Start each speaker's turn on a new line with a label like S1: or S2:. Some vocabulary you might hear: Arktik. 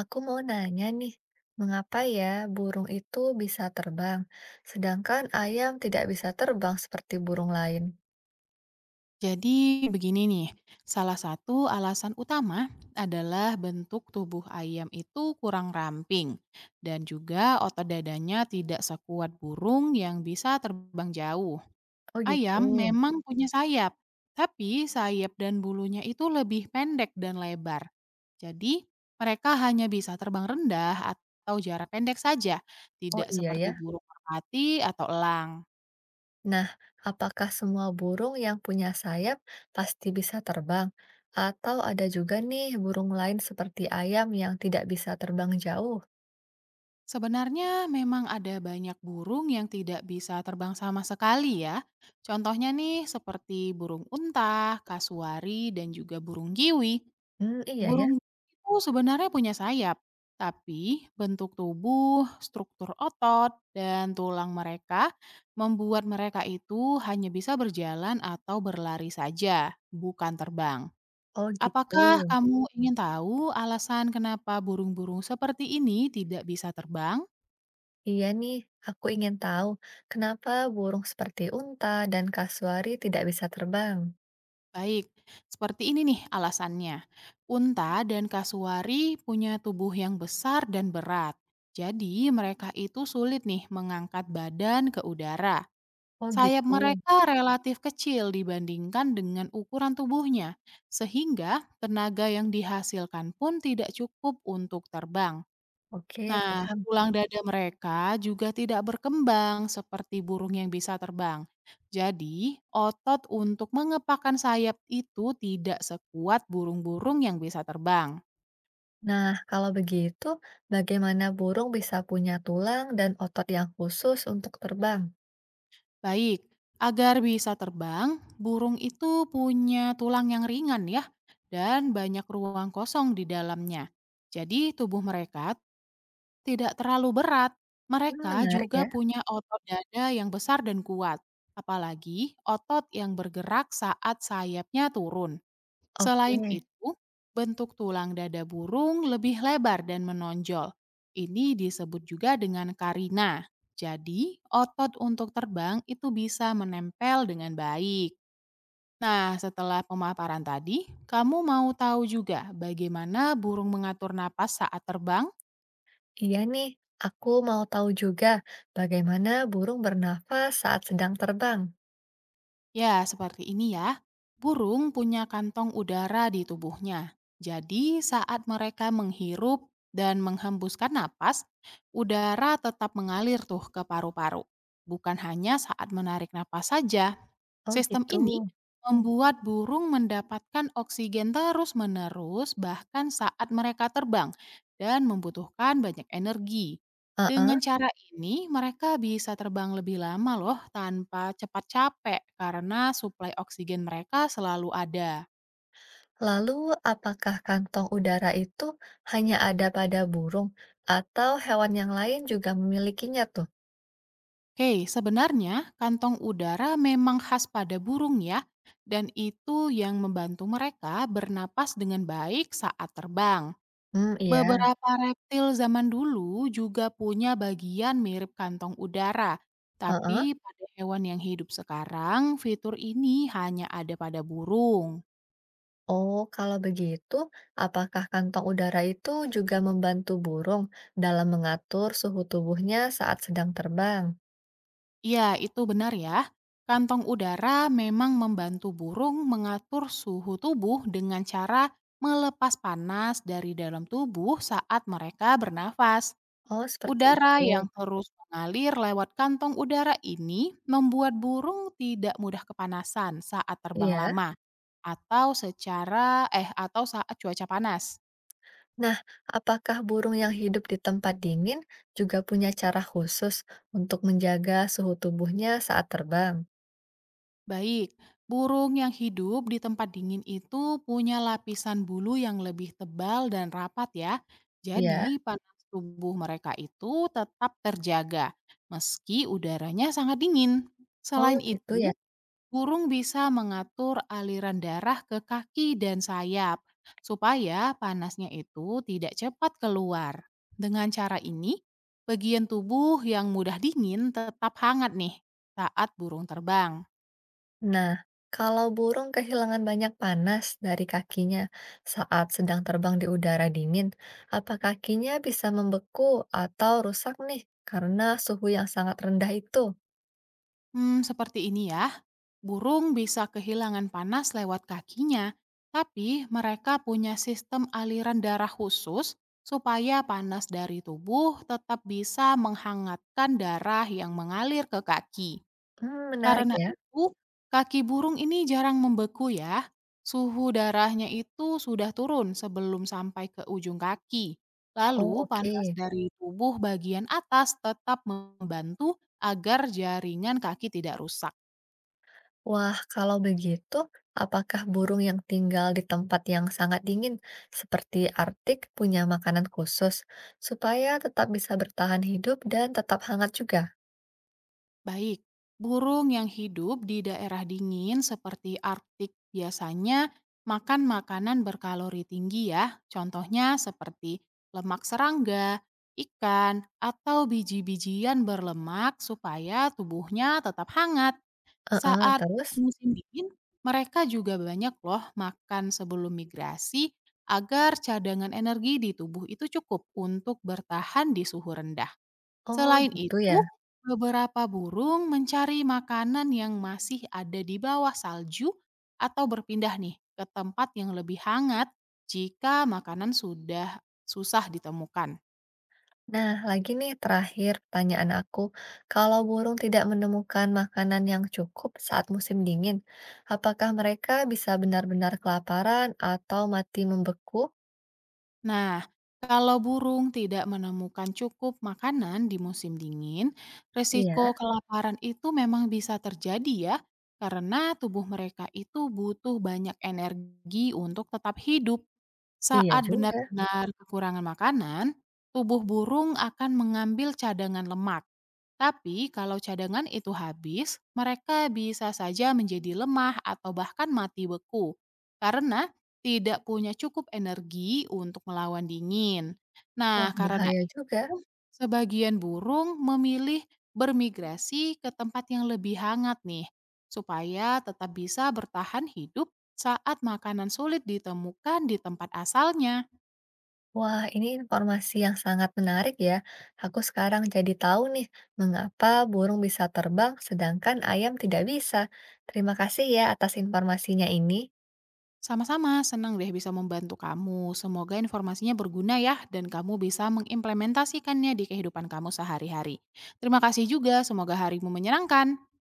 S1: Aku mau nanya nih, mengapa ya burung itu bisa terbang, sedangkan ayam tidak bisa terbang seperti burung lain?
S2: Jadi begini nih, salah satu alasan utama adalah bentuk tubuh ayam itu kurang ramping dan juga otot dadanya tidak sekuat burung yang bisa terbang jauh.
S1: Oh gitu.
S2: Ayam memang punya sayap, tapi sayap dan bulunya itu lebih pendek dan lebar. Jadi mereka hanya bisa terbang rendah atau jarak pendek saja,
S1: Oh
S2: tidak
S1: iya ya.
S2: seperti burung merpati atau elang.
S1: Nah, apakah semua burung yang punya sayap pasti bisa terbang? Atau ada juga nih burung lain seperti ayam yang tidak bisa terbang jauh?
S2: Sebenarnya memang ada banyak burung yang tidak bisa terbang sama sekali ya. Contohnya nih seperti burung unta, kasuari, dan juga burung kiwi.
S1: Hmm, iya ya.
S2: Burung itu sebenarnya punya sayap, tapi bentuk tubuh, struktur otot, dan tulang mereka membuat mereka itu hanya bisa berjalan atau berlari saja, bukan terbang.
S1: Oh
S2: Oh
S1: gitu.
S2: Apakah gitu. Kamu ingin tahu alasan kenapa burung-burung seperti ini tidak bisa terbang?
S1: Iya nih, aku ingin tahu kenapa burung seperti unta dan kasuari tidak bisa terbang.
S2: Baik, seperti ini nih alasannya. Unta dan kasuari punya tubuh yang besar dan berat. Jadi mereka itu sulit nih mengangkat badan ke udara.
S1: Oh
S2: Sayap
S1: gitu.
S2: mereka relatif kecil dibandingkan dengan ukuran tubuhnya, sehingga tenaga yang dihasilkan pun tidak cukup untuk terbang.
S1: Oke,
S2: Nah,
S1: paham.
S2: tulang dada mereka juga tidak berkembang seperti burung yang bisa terbang. Jadi, otot untuk mengepakkan sayap itu tidak sekuat burung-burung yang bisa terbang.
S1: Nah, kalau begitu, bagaimana burung bisa punya tulang dan otot yang khusus untuk terbang?
S2: Baik, agar bisa terbang, burung itu punya tulang yang ringan ya, dan banyak ruang kosong di dalamnya. Jadi, tubuh mereka tidak terlalu berat,
S1: Hmm,
S2: mereka
S1: menarik ya.
S2: juga punya otot dada yang besar dan kuat, apalagi otot yang bergerak saat sayapnya turun.
S1: Oke,
S2: Selain itu, bentuk tulang dada burung lebih lebar dan menonjol. Ini disebut juga dengan karina. Jadi, otot untuk terbang itu bisa menempel dengan baik. Nah, setelah pemaparan tadi, kamu mau tahu juga bagaimana burung mengatur napas saat terbang?
S1: iya nih. Aku mau tahu juga bagaimana burung bernafas saat sedang terbang.
S2: Ya, seperti ini ya. Burung punya kantong udara di tubuhnya. Jadi, saat mereka menghirup dan menghembuskan napas, udara tetap mengalir tuh ke paru-paru. Bukan hanya saat menarik napas saja.
S1: Oh
S2: Sistem
S1: gitu.
S2: ini membuat burung mendapatkan oksigen terus-menerus bahkan saat mereka terbang dan membutuhkan banyak energi.
S1: Heeh.
S2: Dengan cara ini, mereka bisa terbang lebih lama loh tanpa cepat capek karena suplai oksigen mereka selalu ada.
S1: Lalu, apakah kantong udara itu hanya ada pada burung atau hewan yang lain juga memilikinya tuh?
S2: Oke, sebenarnya kantong udara memang khas pada burung ya, dan itu yang membantu mereka bernapas dengan baik saat terbang.
S1: Hmm, iya.
S2: Beberapa reptil zaman dulu juga punya bagian mirip kantong udara,
S1: Heeh.
S2: tapi pada hewan yang hidup sekarang, fitur ini hanya ada pada burung.
S1: Oh, kalau begitu, apakah kantong udara itu juga membantu burung dalam mengatur suhu tubuhnya saat sedang terbang?
S2: Ya, itu benar ya. Kantong udara memang membantu burung mengatur suhu tubuh dengan cara melepas panas dari dalam tubuh saat mereka bernafas.
S1: Oh, seperti
S2: Udara
S1: itu.
S2: yang terus mengalir lewat kantong udara ini membuat burung tidak mudah kepanasan saat terbang
S1: Iya.
S2: lama. Atau secara eh Atau saat cuaca panas.
S1: Nah, apakah burung yang hidup di tempat dingin juga punya cara khusus untuk menjaga suhu tubuhnya saat terbang?
S2: Baik, burung yang hidup di tempat dingin itu punya lapisan bulu yang lebih tebal dan rapat ya.
S1: Iya.
S2: Jadi panas tubuh mereka itu tetap terjaga meski udaranya sangat dingin.
S1: Oh,
S2: Selain
S1: gitu ya.
S2: itu, burung bisa mengatur aliran darah ke kaki dan sayap supaya panasnya itu tidak cepat keluar. Dengan cara ini, bagian tubuh yang mudah dingin tetap hangat nih saat burung terbang.
S1: Nah, kalau burung kehilangan banyak panas dari kakinya saat sedang terbang di udara dingin, apa kakinya bisa membeku atau rusak nih karena suhu yang sangat rendah itu?
S2: Hmm, seperti ini ya. Burung bisa kehilangan panas lewat kakinya, tapi mereka punya sistem aliran darah khusus supaya panas dari tubuh tetap bisa menghangatkan darah yang mengalir ke kaki.
S1: Hmm, menarik
S2: Karena
S1: ya.
S2: itu, kaki burung ini jarang membeku ya. Suhu darahnya itu sudah turun sebelum sampai ke ujung kaki.
S1: Oh,
S2: Lalu
S1: oke.
S2: panas dari tubuh bagian atas tetap membantu agar jaringan kaki tidak rusak.
S1: Wah, kalau begitu, apakah burung yang tinggal di tempat yang sangat dingin seperti Arktik punya makanan khusus supaya tetap bisa bertahan hidup dan tetap hangat juga?
S2: Baik, burung yang hidup di daerah dingin seperti Arktik biasanya makan makanan berkalori tinggi ya. Contohnya seperti lemak serangga, ikan, atau biji-bijian berlemak supaya tubuhnya tetap hangat.
S1: Heeh,
S2: Saat
S1: terus?
S2: musim dingin, mereka juga banyak loh makan sebelum migrasi agar cadangan energi di tubuh itu cukup untuk bertahan di suhu rendah.
S1: Oh,
S2: Selain
S1: gitu ya.
S2: itu, beberapa burung mencari makanan yang masih ada di bawah salju atau berpindah nih ke tempat yang lebih hangat jika makanan sudah susah ditemukan.
S1: Nah, lagi nih terakhir pertanyaan aku. Kalau burung tidak menemukan makanan yang cukup saat musim dingin, apakah mereka bisa benar-benar kelaparan atau mati membeku?
S2: Nah, kalau burung tidak menemukan cukup makanan di musim dingin,
S1: Iya,
S2: risiko kelaparan itu memang bisa terjadi ya, karena tubuh mereka itu butuh banyak energi untuk tetap hidup.
S1: iya
S2: Saat
S1: juga.
S2: benar-benar kekurangan makanan, tubuh burung akan mengambil cadangan lemak. Tapi kalau cadangan itu habis, mereka bisa saja menjadi lemah atau bahkan mati beku. Karena tidak punya cukup energi untuk melawan dingin.
S1: Wah,
S2: Nah, karena
S1: bahaya
S2: Mhm.
S1: juga.
S2: itu sebagian burung memilih bermigrasi ke tempat yang lebih hangat nih, supaya tetap bisa bertahan hidup saat makanan sulit ditemukan di tempat asalnya.
S1: Wah, ini informasi yang sangat menarik ya. Aku sekarang jadi tahu nih mengapa burung bisa terbang sedangkan ayam tidak bisa. Terima kasih ya atas informasinya ini.
S2: Sama-sama, senang deh bisa membantu kamu. Semoga informasinya berguna ya dan kamu bisa mengimplementasikannya di kehidupan kamu sehari-hari. Terima kasih juga, semoga harimu menyenangkan.